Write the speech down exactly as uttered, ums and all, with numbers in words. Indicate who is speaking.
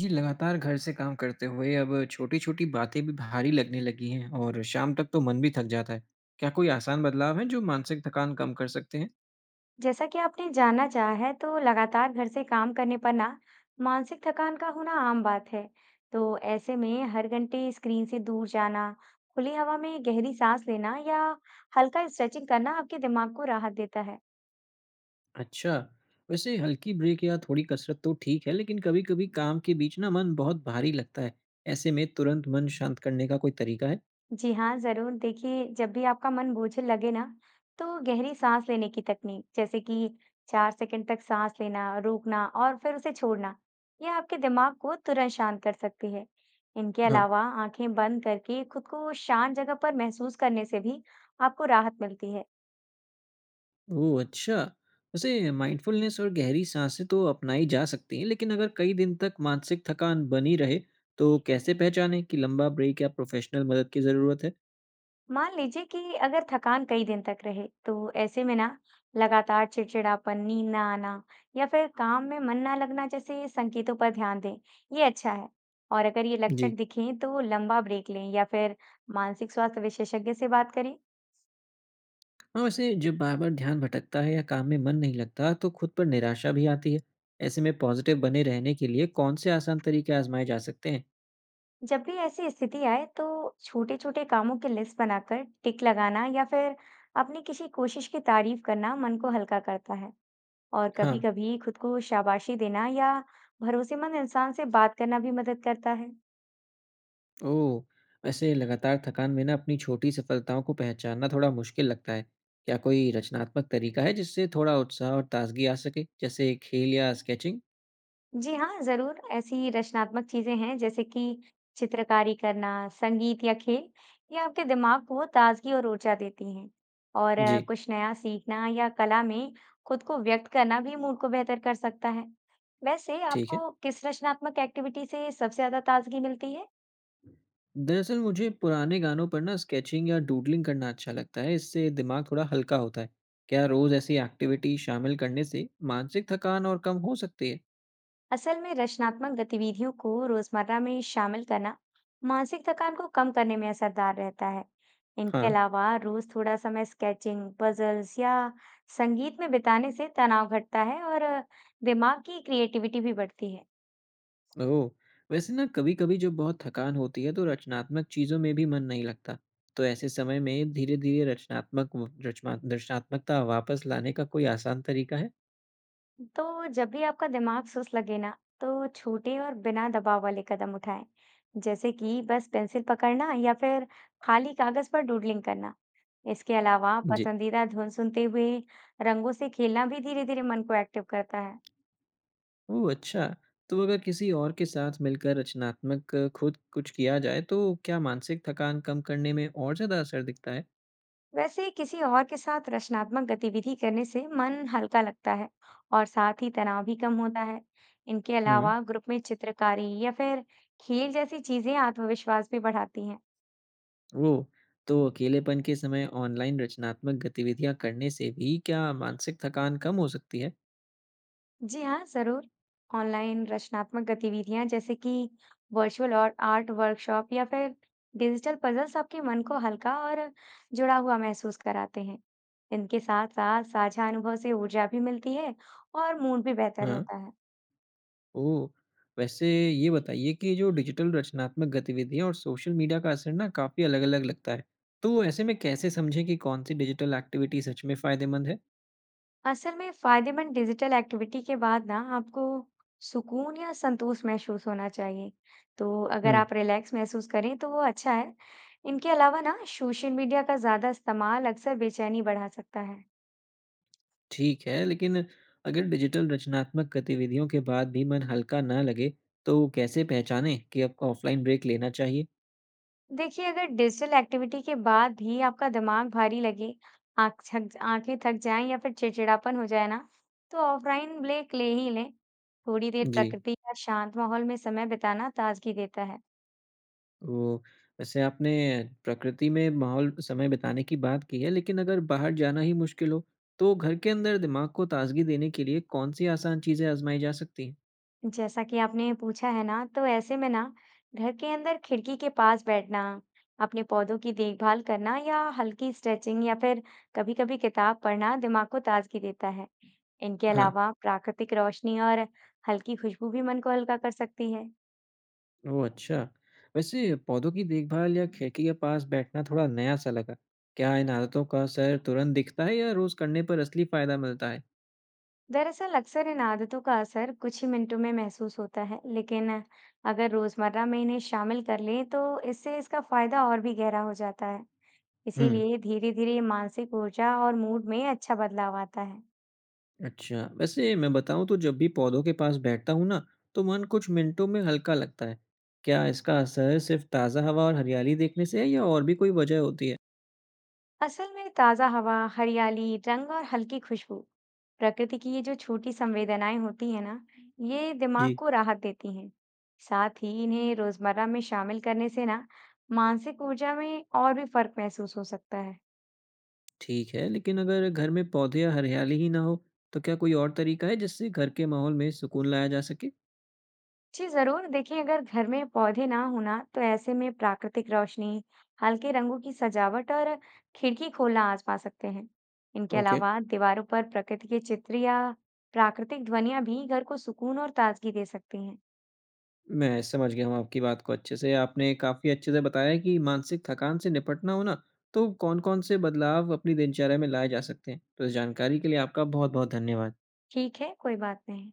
Speaker 1: जी, लगातार घर से काम करते हुए अब छोटी-छोटी बातें भी भारी लगने लगी हैं और शाम तक तो मन भी थक जाता है। क्या कोई आसान बदलाव हैं जो मानसिक थकान कम कर सकते हैं?
Speaker 2: जैसा कि आपने जानना चाहा है, तो लगातार घर से काम करने पर ना मानसिक थकान का होना आम बात है। तो ऐसे में हर घंटे स्क्रीन से दूर जाना, खुली हवा में गहरी सांस लेना या हल्का स्ट्रेचिंग करना आपके दिमाग को राहत देता है।
Speaker 1: अच्छा, वैसे हल्की ब्रेक या थोड़ी कसरत तो ठीक है, लेकिन कभी-कभी काम के बीच ना मन बहुत भारी लगता है। ऐसे में तुरंत मन शांत करने का कोई तरीका है?
Speaker 2: जी हाँ, ज़रूर। देखिए, जब भी आपका मन बोझिल लगे ना, तो गहरी साँस लेने की तकनीक, जैसे कि चार सेकंड तक साँस लेना, रोकना और फिर उसे छोड़ना, यह आपके दिमाग को तुरंत शांत कर सकती है। इनके
Speaker 1: हाँ।
Speaker 2: अलावा आँखें बंद करके खुद को शांत जगह पर महसूस करने से भी आपको राहत मिलती है।
Speaker 1: ओह अच्छा, वैसे माइंडफुलनेस और गहरी सांसें तो अपनाई जा सकती हैं, लेकिन अगर कई दिन तक मानसिक थकान बनी रहे तो कैसे पहचानें कि लंबा ब्रेक या प्रोफेशनल मदद की ज़रूरत है?
Speaker 2: मान लीजिए कि अगर थकान कई दिन तक रहे तो ऐसे में ना लगातार चिड़चिड़ापन, नींद ना आना या फिर काम में मन ना लगना जैसे संकेतों पर ध्यान दें। ये अच्छा है। और अगर ये लक्षण
Speaker 1: जी।
Speaker 2: दिखें तो लंबा ब्रेक लें या फिर मानसिक स्वास्थ्य विशेषज्ञ से बात करें।
Speaker 1: हाँ, वैसे जब बार-बार ध्यान भटकता है या काम में मन नहीं लगता, तो खुद पर निराशा भी आती है। ऐसे में पॉज़िटिव बने रहने के लिए कौन-से आसान तरीके आज़माए जा सकते हैं?
Speaker 2: जब भी ऐसी स्थिति आए तो छोटे छोटे कामों की लिस्ट बनाकर टिक लगाना या फिर अपनी किसी कोशिश की तारीफ करना मन को हल्का करता है। और
Speaker 1: हाँ।
Speaker 2: कभी-कभी खुद को शाबाशी देना या भरोसेमंद इंसान से बात करना भी मदद करता है।
Speaker 1: ओह! वैसे लगातार थकान में ना अपनी छोटी सफलताओं को पहचानना थोड़ा मुश्किल लगता है। क्या कोई रचनात्मक तरीका है जिससे थोड़ा उत्साह और ताज़गी आ सके, जैसे खेल या स्केचिंग?
Speaker 2: जी हाँ, जरूर ऐसी रचनात्मक चीजें हैं जैसे कि चित्रकारी करना, संगीत या खेल, ये आपके दिमाग को ताजगी और ऊर्जा देती हैं। और अ,
Speaker 1: जी,
Speaker 2: कुछ नया सीखना या कला में खुद को व्यक्त करना भी मूड को बेहतर कर सकता है। वैसे
Speaker 1: ठीक है।
Speaker 2: आपको किस रचनात्मक एक्टिविटी से सबसे ज्यादा ताजगी मिलती है?
Speaker 1: दरअसल मुझे पुराने गानों पर ना स्केचिंग या डूडलिंग करना अच्छा लगता है। इससे दिमाग थोड़ा हल्का होता है। क्या रोज ऐसी एक्टिविटी शामिल करने से मानसिक थकान और कम हो सकती है?
Speaker 2: असल में रचनात्मक गतिविधियों को रोजमर्रा में शामिल करना मानसिक थकान को कम करने में असरदार रहता है। इनके
Speaker 1: हाँ।
Speaker 2: अलावा रोज थोड़ा समय स्केचिंग, पजल्स या संगीत में बिताने से तनाव घटता है और अ, दिमाग की क्रिएटिविटी भी बढ़ती है।
Speaker 1: ओह, वैसे ना कभी कभी जब बहुत थकान होती है तो रचनात्मक चीजों में भी मन नहीं लगता। तो ऐसे समय में धीरे धीरे रचनात्मक रचना रचनात्मकता वापस लाने का कोई आसान तरीका है?
Speaker 2: तो जब भी आपका दिमाग सुस्त लगे ना, तो छोटे और बिना दबाव वाले कदम उठाएं, जैसे कि बस पेंसिल पकड़ना या फिर खाली कागज पर डूडलिंग करना। इसके अलावा
Speaker 1: जी।
Speaker 2: पसंदीदा धुन सुनते हुए रंगों से खेलना भी धीरे धीरे मन को एक्टिव करता है।
Speaker 1: ओह! अच्छा। तो अगर किसी और के साथ मिलकर रचनात्मक अ, खुद कुछ किया जाए, तो क्या मानसिक थकान कम करने में और ज़्यादा असर दिखता है?
Speaker 2: वैसे किसी और के साथ रचनात्मक गतिविधि करने से मन हल्का लगता है और साथ ही तनाव भी कम होता है। इनके
Speaker 1: हुँ।
Speaker 2: अलावा ग्रुप में चित्रकारी या फिर खेल जैसी चीजें आत्मविश्वास भी बढ़ाती हैं।
Speaker 1: ओह! तो अकेलेपन के समय ऑनलाइन रचनात्मक गतिविधियाँ करने से भी क्या मानसिक थकान कम हो सकती है?
Speaker 2: जी हाँ, ज़रूर। ऑनलाइन रचनात्मक गतिविधियाँ जैसे कि वर्चुअल और आर्ट वर्कशॉप या फिर डिजिटल पज़ल्स आपके मन को हल्का और जुड़ा हुआ महसूस कराते हैं। इनके साथ-साथ साझा अनुभव से ऊर्जा भी मिलती है और मूड भी बेहतर
Speaker 1: हाँ।
Speaker 2: होता है।
Speaker 1: ओह! वैसे ये बताइए कि जो डिजिटल रचनात्मक गतिविधियाँ और सोशल मीडिया का असर ना काफ़ी अलग-अलग लगता है। तो ऐसे में कैसे समझें कि कौन-सी डिजिटल एक्टिविटी सच में फ़ायदेमंद है?
Speaker 2: असल में फ़ायदेमंद डिजिटल एक्टिविटी के बाद ना आपको सुकून या संतोष महसूस होना चाहिए। तो अगर
Speaker 1: हुँ।
Speaker 2: आप रिलैक्स महसूस करें तो वो अच्छा है। इनके अलावा ना सोशल मीडिया का ज़्यादा इस्तेमाल अक्सर बेचैनी बढ़ा सकता है।
Speaker 1: ठीक है, लेकिन अगर डिजिटल रचनात्मक गतिविधियों के बाद भी मन हल्का ना लगे, तो कैसे पहचानें कि आपको ऑफ़लाइन ब्रेक लेना चाहिए?
Speaker 2: देखिए, अगर डिजिटल एक्टिविटी के बाद भी आपका दिमाग भारी लगे, आँख थक आँखें थक जाएं या फिर चिड़चिड़ापन हो जाए ना, तो ऑफलाइन ब्रेक ले ही लें। थोड़ी देर
Speaker 1: जी,
Speaker 2: प्रकृति या शांत माहौल में समय बिताना ताजगी देता है।
Speaker 1: वो वैसे आपने प्रकृति में माहौल समय बिताने की बात की है, लेकिन अगर बाहर जाना ही मुश्किल हो, तो घर के अंदर दिमाग को ताज़गी देने के लिए कौन-सी आसान चीज़ें आज़माई जा सकती हैं?
Speaker 2: जैसा कि आपने पूछा है ना, तो ऐसे में ना घर के अंदर खिड़की के पास बैठना, अपने पौधों की देखभाल करना या हल्की स्ट्रेचिंग या फिर कभी-कभी किताब पढ़ना दिमाग को ताजगी देता है। इनके
Speaker 1: हाँ।
Speaker 2: अलावा प्राकृतिक रोशनी और हल्की खुशबू भी मन को हल्का कर सकती है।
Speaker 1: ओह अच्छा। वैसे पौधों की देखभाल या खिड़की के पास बैठना थोड़ा नया-सा लगा। क्या इन आदतों का असर तुरंत दिखता है या रोज़ करने पर असली फ़ायदा मिलता है?
Speaker 2: दरअसल अक्सर इन आदतों का असर कुछ ही मिनटों में महसूस होता है, लेकिन अगर रोजमर्रा में इन्हें शामिल कर लें, तो इससे इसका फायदा और भी गहरा हो जाता है।
Speaker 1: हुँ।
Speaker 2: इसीलिए धीरे-धीरे मानसिक ऊर्जा और मूड में अच्छा बदलाव आता है।
Speaker 1: अच्छा, वैसे मैं बताऊं तो जब भी पौधों के पास बैठता हूँ ना, तो मन कुछ मिनटों में हल्का लगता है। क्या इसका असर सिर्फ ताज़ा हवा और हरियाली देखने से है या और भी कोई वजह होती है?
Speaker 2: असल में ताजा हवा, हरियाली, रंग और हल्की खुशबू, प्रकृति की ये जो छोटी संवेदनाएं होती है ना, ये दिमाग
Speaker 1: जी।
Speaker 2: को राहत देती हैं। साथ ही इन्हें रोजमर्रा में शामिल करने से ना मानसिक ऊर्जा में और भी फर्क महसूस हो सकता है।
Speaker 1: ठीक है, लेकिन अगर घर में पौधे या हरियाली ही ना हो तो क्या कोई और तरीका है जिससे घर के माहौल में सुकून लाया जा सके?
Speaker 2: जी जरूर देखिए, अगर घर में पौधे ना होना, तो ऐसे में प्राकृतिक रोशनी, हल्के रंगों की सजावट और खिड़की खोलना आजमा सकते हैं। इनके
Speaker 1: ओके।
Speaker 2: अलावा दीवारों पर प्रकृति के चित्र या प्राकृतिक ध्वनियां भी घर को सुकून और ताजगी दे सकती हैं।
Speaker 1: मैं समझ गया हूँ आपकी बात को। अच्छे से आपने काफ़ी अच्छे से बताया है कि मानसिक थकान से निपटना हो ना तो कौन-कौन से बदलाव अपनी दिनचर्या में लाए जा सकते हैं। तो इस जानकारी के लिए आपका बहुत-बहुत धन्यवाद।
Speaker 2: ठीक है, कोई बात नहीं।